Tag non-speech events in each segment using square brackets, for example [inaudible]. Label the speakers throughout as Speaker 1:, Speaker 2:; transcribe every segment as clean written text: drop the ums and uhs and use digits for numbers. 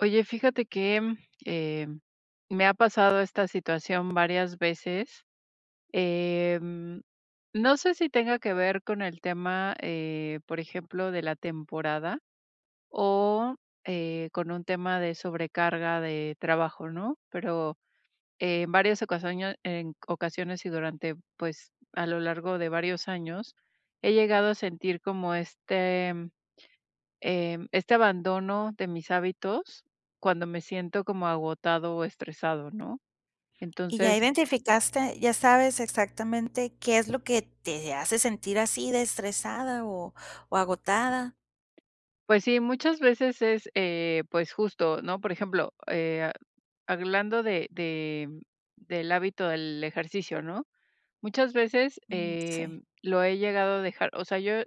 Speaker 1: Oye, fíjate que, eh, me ha pasado esta situación varias veces. Em, no sé si tenga que ver con el tema, por ejemplo, de la temporada o, con un tema de sobrecarga de trabajo, ¿no? Pero en varias ocasiones en ocasiones y durante, pues, a lo largo de varios años, he llegado a sentir como este abandono de mis hábitos cuando me siento como agotado o estresado, ¿no?
Speaker 2: Y ya
Speaker 1: Entonces,
Speaker 2: identificaste, ya sabes exactamente qué es lo que te hace sentir así de estresada o agotada.
Speaker 1: pues sí, muchas veces es, pues justo, ¿no? Por ejemplo, hablando del hábito del ejercicio, ¿no? Muchas veces
Speaker 2: Mm, sí.
Speaker 1: lo he llegado a dejar, o sea, yo.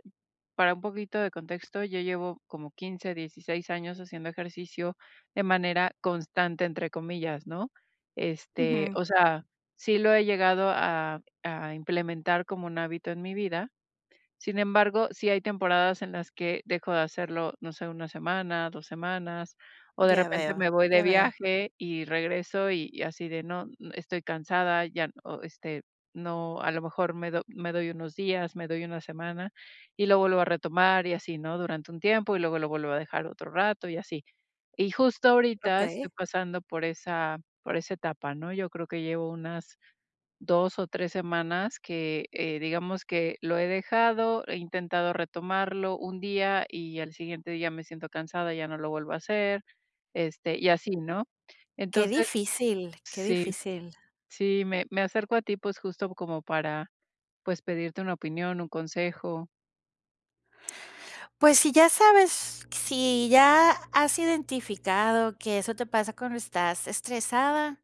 Speaker 1: Para un poquito de contexto, yo llevo como 15, 16 años haciendo ejercicio de manera constante, entre comillas, ¿no? Este,
Speaker 2: Ujú.
Speaker 1: o sea, sí lo he llegado a implementar como un hábito en mi vida, sin embargo, sí hay temporadas en las que dejo de hacerlo, no sé, una semana, 2 semanas, o de
Speaker 2: Ya
Speaker 1: repente
Speaker 2: veo,
Speaker 1: me voy de
Speaker 2: ya veo.
Speaker 1: viaje y regreso y así de no, estoy cansada, ya, no, a lo mejor me doy unos días, me doy una semana y lo vuelvo a retomar y así, ¿no? Durante un tiempo y luego lo vuelvo a dejar otro rato y así. Y justo ahorita
Speaker 2: Okey.
Speaker 1: estoy pasando por esa etapa, ¿no? Yo creo que llevo unas 2 o 3 semanas que, digamos que lo he dejado, he intentado retomarlo un día y al siguiente día me siento cansada, ya no lo vuelvo a hacer, este, y así, ¿no?
Speaker 2: Qué
Speaker 1: Entonces,
Speaker 2: difícil, qué
Speaker 1: sí,
Speaker 2: difícil.
Speaker 1: sí, me acerco a ti, pues, justo como para, pues, pedirte una opinión, un consejo.
Speaker 2: Pues, si ya sabes, si ya has identificado que eso te pasa cuando estás estresada,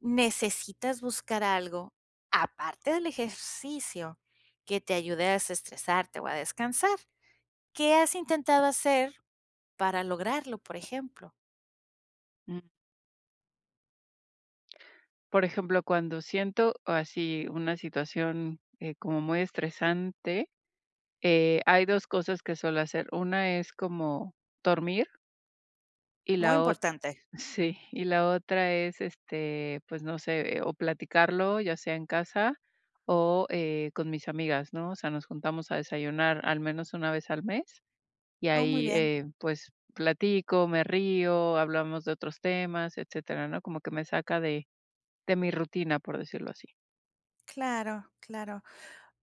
Speaker 2: necesitas buscar algo, aparte del ejercicio, que te ayude a desestresarte o a descansar. ¿Qué has intentado hacer para lograrlo, por ejemplo?
Speaker 1: Mm, por ejemplo, cuando siento así una situación, como muy estresante, hay 2 cosas que suelo hacer. Una es como dormir y
Speaker 2: Muy
Speaker 1: la otra.
Speaker 2: importante.
Speaker 1: Sí, y la otra es, este, pues, no sé, o platicarlo, ya sea en casa o, con mis amigas, ¿no? O sea, nos juntamos a desayunar al menos una vez al mes y
Speaker 2: Oh, muy
Speaker 1: ahí,
Speaker 2: bien.
Speaker 1: pues, platico, me río, hablamos de otros temas, etcétera, ¿no? Como que me saca de mi rutina, por decirlo así.
Speaker 2: Claro, claro.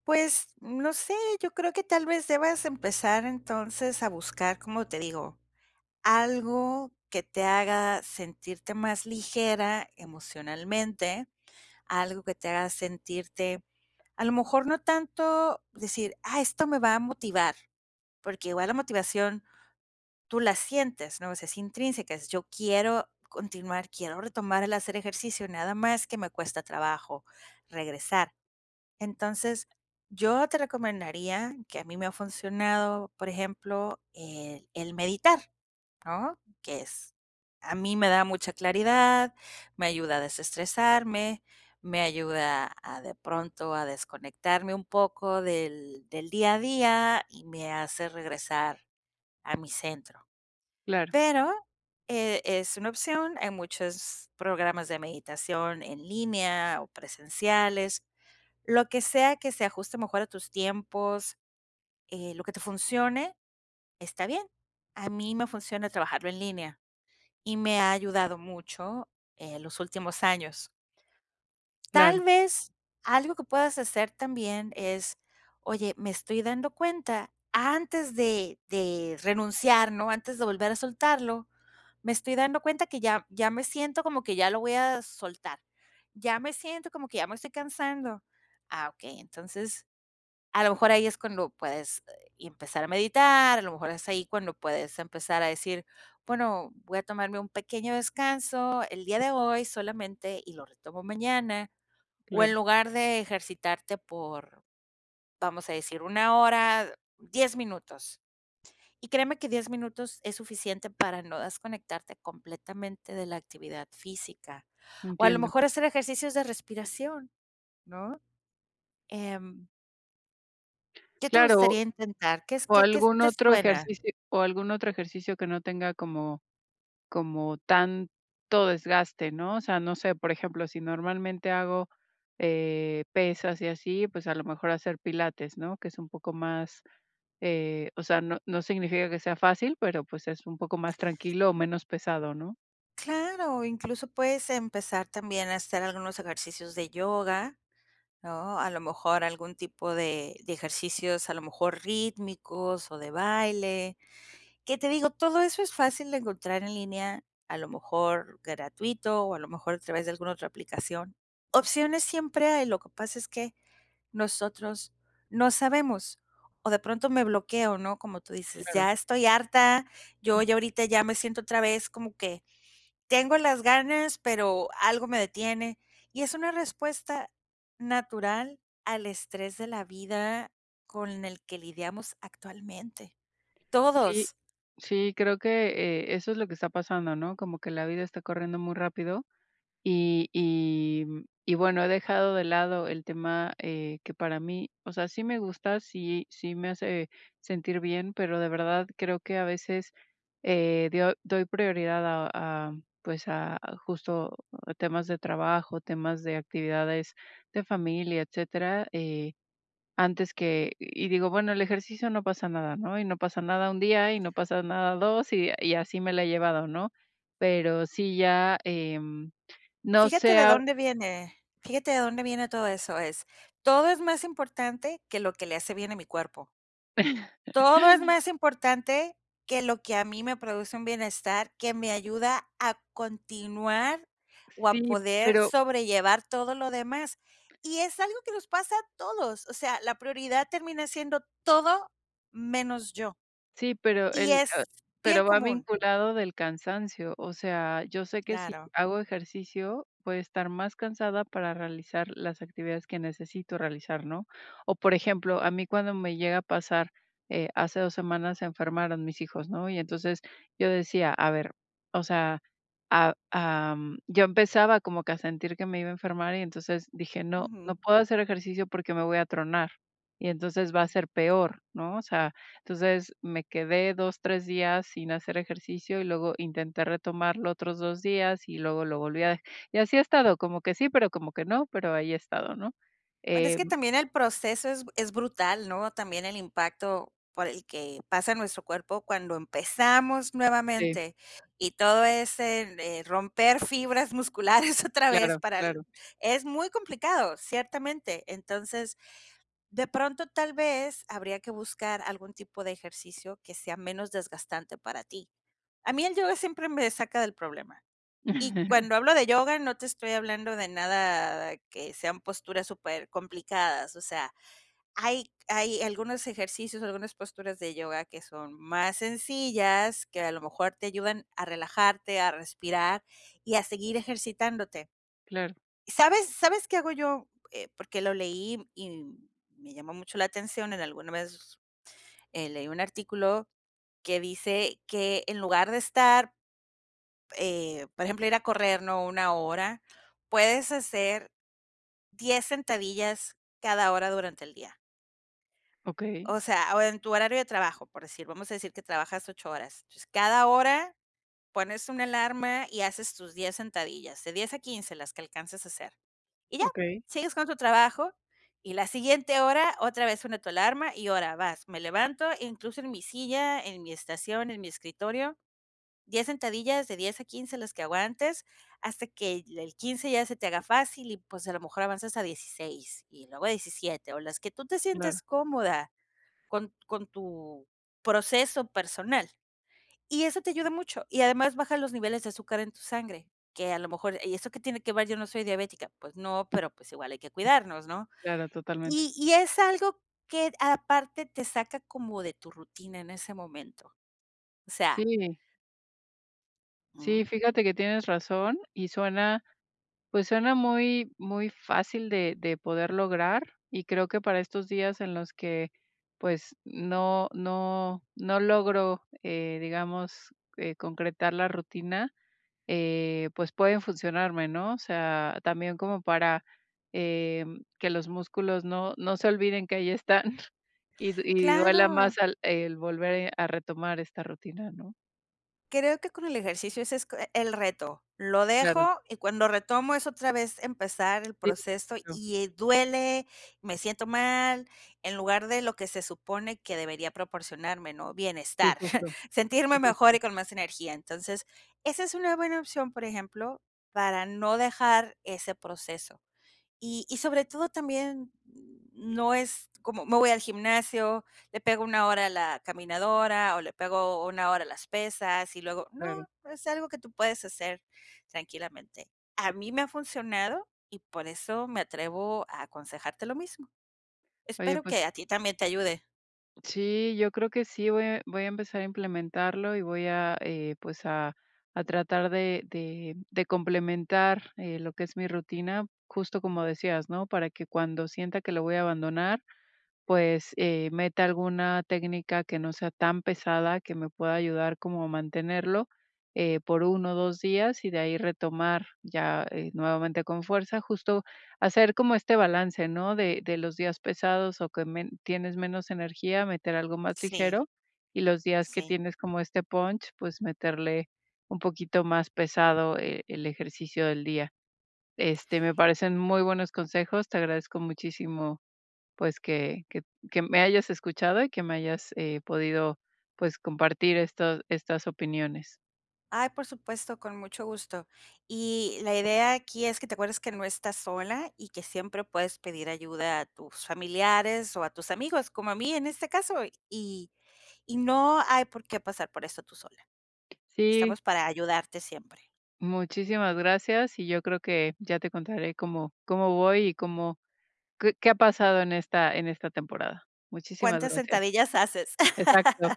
Speaker 2: Pues no sé, yo creo que tal vez debas empezar entonces a buscar, como te digo, algo que te haga sentirte más ligera emocionalmente, algo que te haga sentirte, a lo mejor no tanto decir, ah, esto me va a motivar, porque igual la motivación tú la sientes, ¿no? O sea, es intrínseca, es yo quiero continuar, quiero retomar el hacer ejercicio, nada más que me cuesta trabajo regresar. Entonces, yo te recomendaría, que a mí me ha funcionado, por ejemplo, el meditar, ¿no? Que es, a mí me da mucha claridad, me ayuda a desestresarme, me ayuda a de pronto a desconectarme un poco del día a día y me hace regresar a mi centro.
Speaker 1: Claro,
Speaker 2: Pero, es una opción, hay muchos programas de meditación en línea o presenciales, lo que sea que se ajuste mejor a tus tiempos, lo que te funcione, está bien. A mí me funciona trabajarlo en línea y me ha ayudado mucho en los últimos años. Tal
Speaker 1: claro,
Speaker 2: vez algo que puedas hacer también es, oye, me estoy dando cuenta antes de renunciar, ¿no? Antes de volver a soltarlo. Me estoy dando cuenta que ya ya me siento como que ya lo voy a soltar. Ya me siento como que ya me estoy cansando. Ah, okey, entonces, a lo mejor ahí es cuando puedes, empezar a meditar, a lo mejor es ahí cuando puedes empezar a decir: "Bueno, voy a tomarme un pequeño descanso el día de hoy solamente y lo retomo mañana", o en
Speaker 1: claro,
Speaker 2: lugar de ejercitarte por, vamos a decir, una hora, 10 minutos. Y créeme que 10 minutos es suficiente para no desconectarte completamente de la actividad física, o a lo
Speaker 1: entiendo.
Speaker 2: mejor hacer ejercicios de respiración, ¿no? Em, ¿Qué te gustaría
Speaker 1: Claro,
Speaker 2: intentar? ¿Qué es
Speaker 1: o
Speaker 2: qué qué
Speaker 1: algún
Speaker 2: te
Speaker 1: otro
Speaker 2: suena?
Speaker 1: ejercicio que no tenga como como tanto desgaste, ¿no? O sea, no sé, por ejemplo, si normalmente hago, pesas y así, pues, a lo mejor hacer pilates, ¿no? Que es un poco más, o sea, no significa que sea fácil, pero, pues, es un poco más tranquilo o menos pesado, ¿no?
Speaker 2: Claro, incluso puedes empezar también a hacer algunos ejercicios de yoga, ¿no? A lo mejor algún tipo de ejercicios, a lo mejor rítmicos o de baile. Que te digo, todo eso es fácil de encontrar en línea, a lo mejor gratuito o a lo mejor a través de alguna otra aplicación. Opciones siempre hay, lo que pasa es que nosotros no sabemos o de pronto me bloqueo, ¿no? Como tú dices,
Speaker 1: Claro.
Speaker 2: ya estoy harta, yo ya ahorita ya me siento otra vez como que tengo las ganas, pero algo me detiene. Y es una respuesta natural al estrés de la vida con el que lidiamos actualmente.
Speaker 1: Sí,
Speaker 2: Todos.
Speaker 1: sí, creo que, eso es lo que está pasando, ¿no? Como que la vida está corriendo muy rápido. Y y y bueno, he dejado de lado el tema, que para mí, o sea, sí me gusta, sí me hace sentir bien, pero de verdad creo que a veces, dio doy prioridad pues, a justo a temas de trabajo, temas de actividades de familia, etcétera, antes que. Y digo, bueno, el ejercicio no pasa nada, ¿no? Y no pasa nada un día, y no pasa nada 2 y así me la he llevado, ¿no? Pero sí ya, no
Speaker 2: Fíjate
Speaker 1: sé,
Speaker 2: de
Speaker 1: a
Speaker 2: dónde viene, fíjate de dónde viene todo eso, es, todo es más importante que lo que le hace bien a mi cuerpo.
Speaker 1: [laughs]
Speaker 2: Todo es más importante que lo que a mí me produce un bienestar, que me ayuda a continuar o a
Speaker 1: sí,
Speaker 2: poder
Speaker 1: pero.
Speaker 2: sobrellevar todo lo demás. Y es algo que nos pasa a todos, o sea, la prioridad termina siendo todo menos yo,
Speaker 1: Sí, pero
Speaker 2: y
Speaker 1: el
Speaker 2: es bien
Speaker 1: pero va
Speaker 2: común,
Speaker 1: vinculado del cansancio, o sea, yo sé que si
Speaker 2: claro,
Speaker 1: hago ejercicio, voy a estar más cansada para realizar las actividades que necesito realizar, ¿no? O, por ejemplo, a mí cuando me llega a pasar, hace 2 semanas se enfermaron mis hijos, ¿no? Y entonces yo decía, a ver, o sea, yo empezaba como que a sentir que me iba a enfermar y entonces dije: "No,
Speaker 2: ujú.
Speaker 1: no puedo hacer ejercicio porque me voy a tronar y entonces va a ser peor", ¿no? O sea, entonces me quedé 2 3 días sin hacer ejercicio y luego intenté retomarlo otros 2 días y luego lo volví a dej, y así he estado, como que sí, pero como que no, pero ahí he estado, ¿no?
Speaker 2: Bueno, es
Speaker 1: Em,
Speaker 2: que también el proceso es brutal, ¿no? También el impacto por el que pasa nuestro cuerpo cuando empezamos
Speaker 1: sí,
Speaker 2: nuevamente y todo ese, romper fibras musculares [laughs] otra vez
Speaker 1: claro,
Speaker 2: para el
Speaker 1: claro.
Speaker 2: es muy complicado, ciertamente. Entonces, de pronto, tal vez, habría que buscar algún tipo de ejercicio que sea menos desgastante para ti. A mí el yoga siempre me saca del problema. Y cuando
Speaker 1: [laughs]
Speaker 2: hablo de yoga, no te estoy hablando de nada que sean posturas súper complicadas, o sea, hay algunos ejercicios, algunas posturas de yoga que son más sencillas, que a lo mejor te ayudan a relajarte, a respirar y a seguir ejercitándote.
Speaker 1: Claro,
Speaker 2: ¿Sabes qué hago yo? Porque lo leí y me llamó mucho la atención, en alguna vez, leí un artículo que dice que en lugar de estar por ejemplo, ir a correr, ¿no? Una hora, puedes hacer 10 sentadillas cada hora durante el día.
Speaker 1: okey,
Speaker 2: O sea, o en tu horario de trabajo, por decir, vamos a decir que trabajas 8 horas. Entonces, cada hora pones una alarma y haces tus 10 sentadillas, de 10 a 15 las que alcances a hacer. Y ya,
Speaker 1: okey,
Speaker 2: sigues con tu trabajo y la siguiente hora otra vez suena tu alarma y ahora vas, me levanto, incluso en mi silla, en mi estación, en mi escritorio 10 sentadillas de 10 a 15 las que aguantes, hasta que el 15 ya se te haga fácil y, pues, a lo mejor avanzas a 16 y luego a 17, o las que tú te
Speaker 1: claro,
Speaker 2: sientes cómoda con tu proceso personal. Y eso te ayuda mucho, y además baja los niveles de azúcar en tu sangre, que a lo mejor, ¿y eso qué tiene que ver? Yo no soy diabética, pues no, pero, pues, igual hay que cuidarnos, ¿no?
Speaker 1: claro, totalmente.
Speaker 2: Y es algo que aparte te saca como de tu rutina en ese momento, o
Speaker 1: Sí,
Speaker 2: sea, mm,
Speaker 1: sí, fíjate que tienes razón y suena. Pues suena muy, muy fácil de poder lograr y creo que para estos días en los que pues no, no, no logro, digamos, concretar la rutina, pues pueden funcionarme, ¿no? O sea, también como para eh, que los músculos no, no se olviden que ahí están [laughs] y, y duela
Speaker 2: claro.
Speaker 1: más el volver a retomar esta rutina, ¿no?
Speaker 2: Creo que con el ejercicio ese es el reto. Lo
Speaker 1: Claro,
Speaker 2: dejo y cuando retomo es otra vez empezar el
Speaker 1: sí,
Speaker 2: proceso
Speaker 1: claro,
Speaker 2: y, duele, me siento mal, en lugar de lo que se supone que debería proporcionarme, ¿no?
Speaker 1: sí,
Speaker 2: Bienestar,
Speaker 1: justo,
Speaker 2: [laughs]
Speaker 1: sí,
Speaker 2: sentirme
Speaker 1: justo,
Speaker 2: mejor y con más energía. Entonces, esa es una buena opción, por ejemplo, para no dejar ese proceso. Y sobre todo también no es como me voy al gimnasio, le pego una hora a la caminadora o le pego una hora a las pesas y luego
Speaker 1: claro.
Speaker 2: no, es algo que tú puedes hacer tranquilamente. A mí me ha funcionado y por eso me atrevo a aconsejarte lo mismo.
Speaker 1: Oye,
Speaker 2: Espero
Speaker 1: pues.
Speaker 2: que a ti también te ayude.
Speaker 1: Sí, yo creo que sí, voy a empezar a implementarlo y voy a, pues, a tratar de complementar, lo que es mi rutina, justo como decías, ¿no? Para que cuando sienta que lo voy a abandonar, pues, meta alguna técnica que no sea tan pesada, que me pueda ayudar como a mantenerlo, por uno o 2 días, y de ahí retomar ya, nuevamente con fuerza, justo hacer como este balance, ¿no? De los días pesados o que men tienes menos energía, meter algo más
Speaker 2: Sí,
Speaker 1: ligero, y los días que
Speaker 2: sí.
Speaker 1: tienes como este punch, pues, meterle un poquito más pesado, el ejercicio del día. Este, me parecen muy buenos consejos, te agradezco muchísimo pues, que me hayas escuchado y que me hayas, podido, pues, compartir esto estas opiniones.
Speaker 2: Ay, por supuesto, con mucho gusto. Y la idea aquí es que te acuerdes que no estás sola y que siempre puedes pedir ayuda a tus familiares o a tus amigos, como a mí en este caso, y, y no hay por qué pasar por esto tú sola.
Speaker 1: Sí,
Speaker 2: Estamos para ayudarte siempre.
Speaker 1: muchísimas gracias, y yo creo que ya te contaré cómo voy y cómo qué ha pasado en esta temporada. Muchísimas
Speaker 2: ¿Cuántas
Speaker 1: gracias.
Speaker 2: sentadillas haces? [laughs]
Speaker 1: Exacto.